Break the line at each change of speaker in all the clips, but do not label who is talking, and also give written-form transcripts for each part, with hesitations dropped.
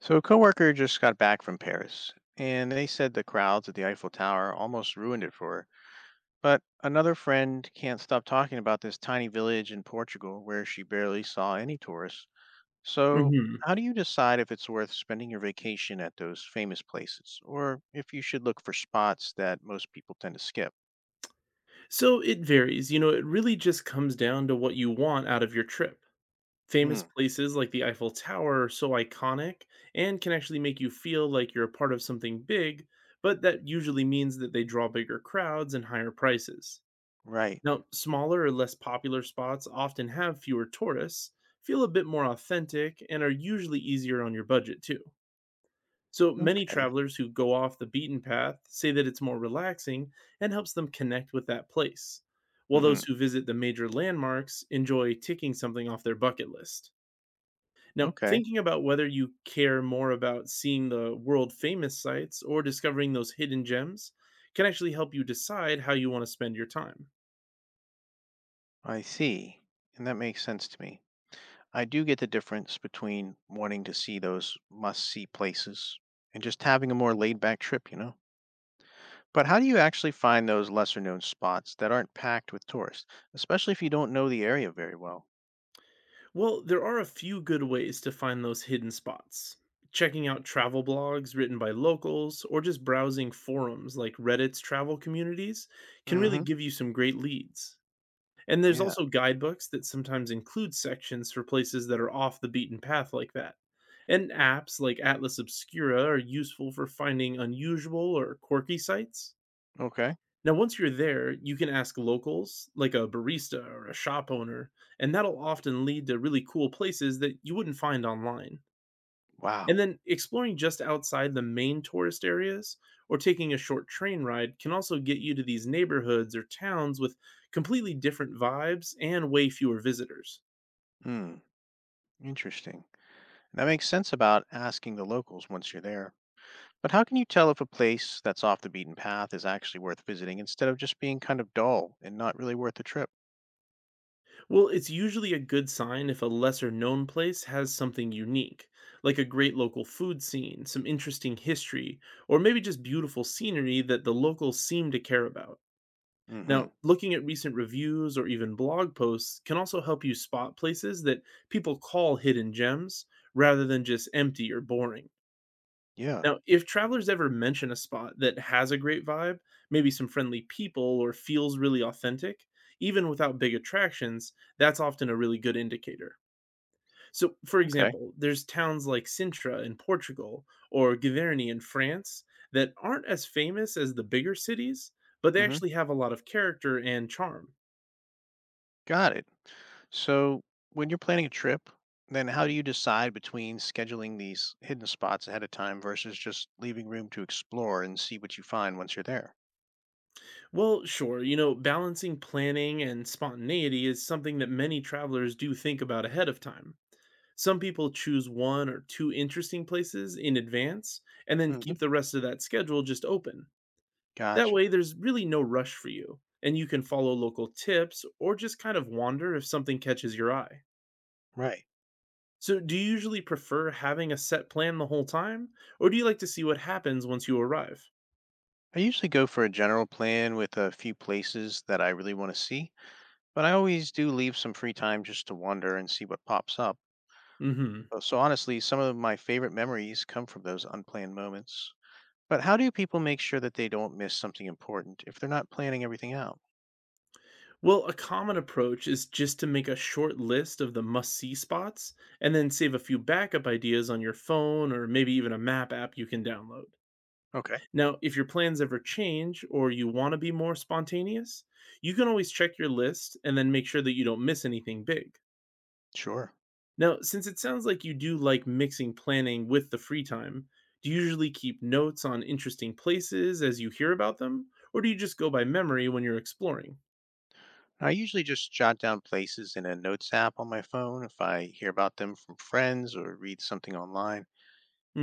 So a coworker just got back from Paris, and they said the crowds at the Eiffel Tower almost ruined it for her. But another friend can't stop talking about this tiny village in Portugal where she barely saw any tourists. So,
Mhm.
how do you decide if it's worth spending your vacation at those famous places, or if you should look for spots that most people tend to skip?
So it varies, you know, it really just comes down to what you want out of your trip. Famous
Hmm.
places like the Eiffel Tower are so iconic and can actually make you feel like you're a part of something big, but that usually means that they draw bigger crowds and higher prices.
Right.
Now, smaller or less popular spots often have fewer tourists, feel a bit more authentic, and are usually easier on your budget too. So many
Okay.
travelers who go off the beaten path say that it's more relaxing and helps them connect with that place, while
Hmm.
those who visit the major landmarks enjoy ticking something off their bucket list. Now,
Okay.
thinking about whether you care more about seeing the world famous sites or discovering those hidden gems can actually help you decide how you want to spend your time.
I see. And that makes sense to me. I do get the difference between wanting to see those must see places and just having a more laid back trip, you know? But how do you actually find those lesser known spots that aren't packed with tourists, especially if you don't know the area very well?
Well, there are a few good ways to find those hidden spots. Checking out travel blogs written by locals or just browsing forums like Reddit's travel communities can really
Hmm.
give you some great leads. And there's
Yeah.
also guidebooks that sometimes include sections for places that are off the beaten path like that. And apps like Atlas Obscura are useful for finding unusual or quirky sites.
Okay.
Now, once you're there, you can ask locals, like a barista or a shop owner, and that'll often lead to really cool places that you wouldn't find online. And
Wow.
then exploring just outside the main tourist areas or taking a short train ride can also get you to these neighborhoods or towns with completely different vibes and way fewer visitors.
Hmm. Interesting. That makes sense about asking the locals once you're there. But how can you tell if a place that's off the beaten path is actually worth visiting instead of just being kind of dull and not really worth the trip?
Well, it's usually a good sign if a lesser known place has something unique, like a great local food scene, some interesting history, or maybe just beautiful scenery that the locals seem to care about.
Hmm.
Now, looking at recent reviews or even blog posts can also help you spot places that people call hidden gems rather than just empty or boring.
Yeah.
Now, if travelers ever mention a spot that has a great vibe, maybe some friendly people or feels really authentic, even without big attractions, that's often a really good indicator. So, for
Okay.
example, there's towns like Sintra in Portugal or Giverny in France that aren't as famous as the bigger cities, but they
Hmm.
actually have a lot of character and charm.
Got it. So, when you're planning a trip, then how do you decide between scheduling these hidden spots ahead of time versus just leaving room to explore and see what you find once you're there?
Well, sure, you know, balancing planning and spontaneity is something that many travelers do think about ahead of time. Some people choose one or two interesting places in advance and then
Hmm.
keep the rest of that schedule just open. That
Gotcha.
way, there's really no rush for you, and you can follow local tips or just kind of wander if something catches your eye.
Right.
So, do you usually prefer having a set plan the whole time, or do you like to see what happens once you arrive?
I usually go for a general plan with a few places that I really want to see, but I always do leave some free time just to wander and see what pops up.
Hmm.
So, honestly, some of my favorite memories come from those unplanned moments. But how do people make sure that they don't miss something important if they're not planning everything out?
Well, a common approach is just to make a short list of the must see spots and then save a few backup ideas on your phone or maybe even a map app you can download.
Okay.
Now, if your plans ever change or you want to be more spontaneous, you can always check your list and then make sure that you don't miss anything big.
Sure.
Now, since it sounds like you do like mixing planning with the free time, do you usually keep notes on interesting places as you hear about them, or do you just go by memory when you're exploring?
I usually just jot down places in a notes app on my phone if I hear about them from friends or read something online.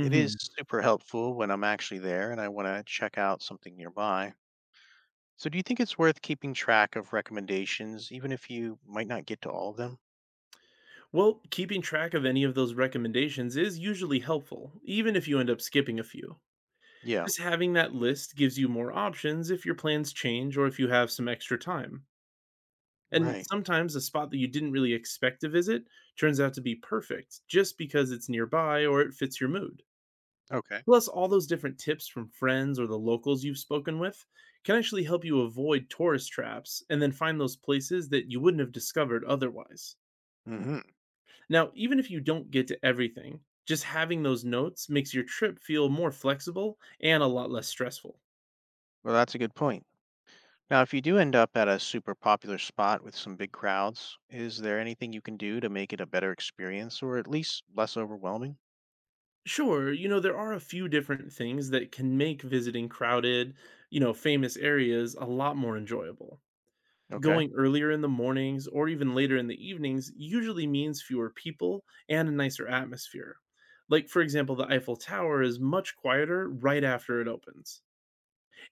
It is super helpful when I'm actually there and I want to check out something nearby. So, do you think it's worth keeping track of recommendations, even if you might not get to all of them?
Well, keeping track of any of those recommendations is usually helpful, even if you end up skipping a few.
Yeah,
Just having that list gives you more options if your plans change or if you have some extra time. And
right.
sometimes a spot that you didn't really expect to visit turns out to be perfect just because it's nearby or it fits your mood.
Okay.
Plus, all those different tips from friends or the locals you've spoken with can actually help you avoid tourist traps and then find those places that you wouldn't have discovered otherwise.
Hmm.
Now, even if you don't get to everything, just having those notes makes your trip feel more flexible and a lot less stressful.
Well, that's a good point. Now, if you do end up at a super popular spot with some big crowds, is there anything you can do to make it a better experience or at least less overwhelming?
Sure, you know, there are a few different things that can make visiting crowded, you know, famous areas a lot more enjoyable.
Okay.
Going earlier in the mornings or even later in the evenings usually means fewer people and a nicer atmosphere. Like, for example, the Eiffel Tower is much quieter right after it opens.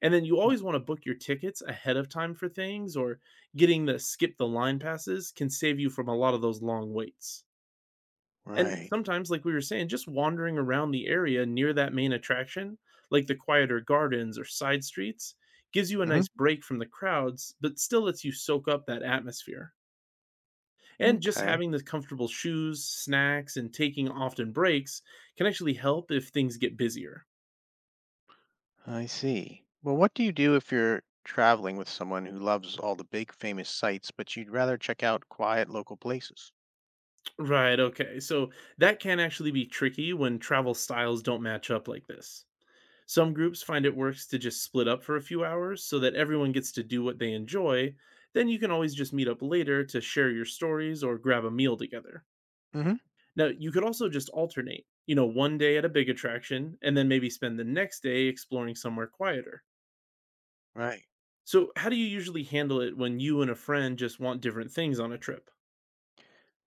And then you
Hmm.
always want to book your tickets ahead of time for things, or getting the skip the line passes can save you from a lot of those long waits. And
Right.
sometimes, like we were saying, just wandering around the area near that main attraction, like the quieter gardens or side streets, gives you a nice break from the crowds, but still lets you soak up that atmosphere. And just
Okay,
having the comfortable shoes, snacks, and taking often breaks can actually help if things get busier.
I see. Well, what do you do if you're traveling with someone who loves all the big famous sites, but you'd rather check out quiet local places?
Right, okay. So that can actually be tricky when travel styles don't match up like this. Some groups find it works to just split up for a few hours so that everyone gets to do what they enjoy. Then you can always just meet up later to share your stories or grab a meal together.
Hmm.
Now, you could also just alternate, you know, one day at a big attraction and then maybe spend the next day exploring somewhere quieter.
Right.
So, how do you usually handle it when you and a friend just want different things on a trip?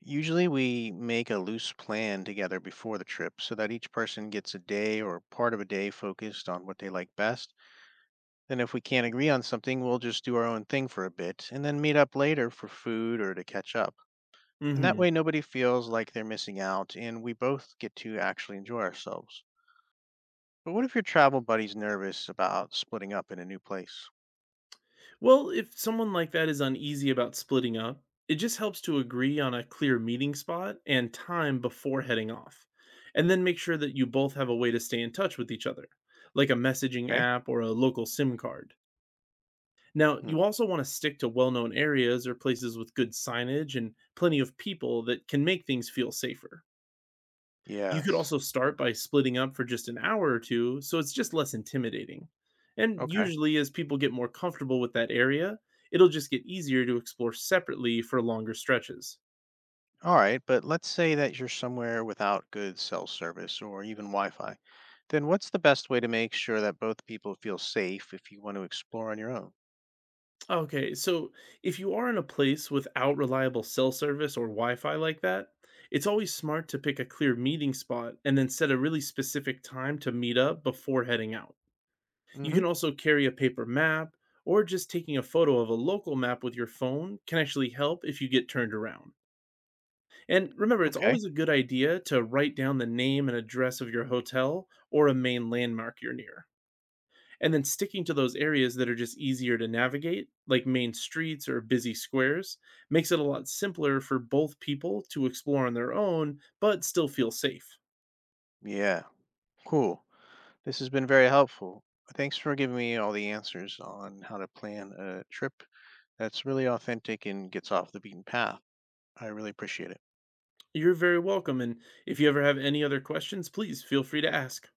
Usually we make a loose plan together before the trip so that each person gets a day or part of a day focused on what they like best. Then if we can't agree on something, we'll just do our own thing for a bit and then meet up later for food or to catch up. And that
Mhm.
way nobody feels like they're missing out and we both get to actually enjoy ourselves. But what if your travel buddy's nervous about splitting up in a new place?
Well, if someone like that is uneasy about splitting up, it just helps to agree on a clear meeting spot and time before heading off. And then make sure that you both have a way to stay in touch with each other, like a messaging
Okay.
app or a local SIM card. Now,
Hmm.
you also want to stick to well known areas or places with good signage and plenty of people that can make things feel safer. You could also
Yes.
start by splitting up for just an hour or two, so it's just less intimidating. And
Okay.
usually, as people get more comfortable with that area, it'll just get easier to explore separately for longer stretches.
All right. But let's say that you're somewhere without good cell service or even Wi Fi. Then what's the best way to make sure that both people feel safe if you want to explore on your own?
Okay, so if you are in a place without reliable cell service or Wi Fi like that, it's always smart to pick a clear meeting spot and then set a really specific time to meet up before heading out. You can
Hmm.
also carry a paper map, or just taking a photo of a local map with your phone can actually help if you get turned around. And remember, it's
Okay.
always a good idea to write down the name and address of your hotel or a main landmark you're near. And then sticking to those areas that are just easier to navigate, like main streets or busy squares, makes it a lot simpler for both people to explore on their own, but still feel safe.
Yeah. Cool. This has been very helpful. Thanks for giving me all the answers on how to plan a trip that's really authentic and gets off the beaten path. I really appreciate it.
You're very welcome. And if you ever have any other questions, please feel free to ask.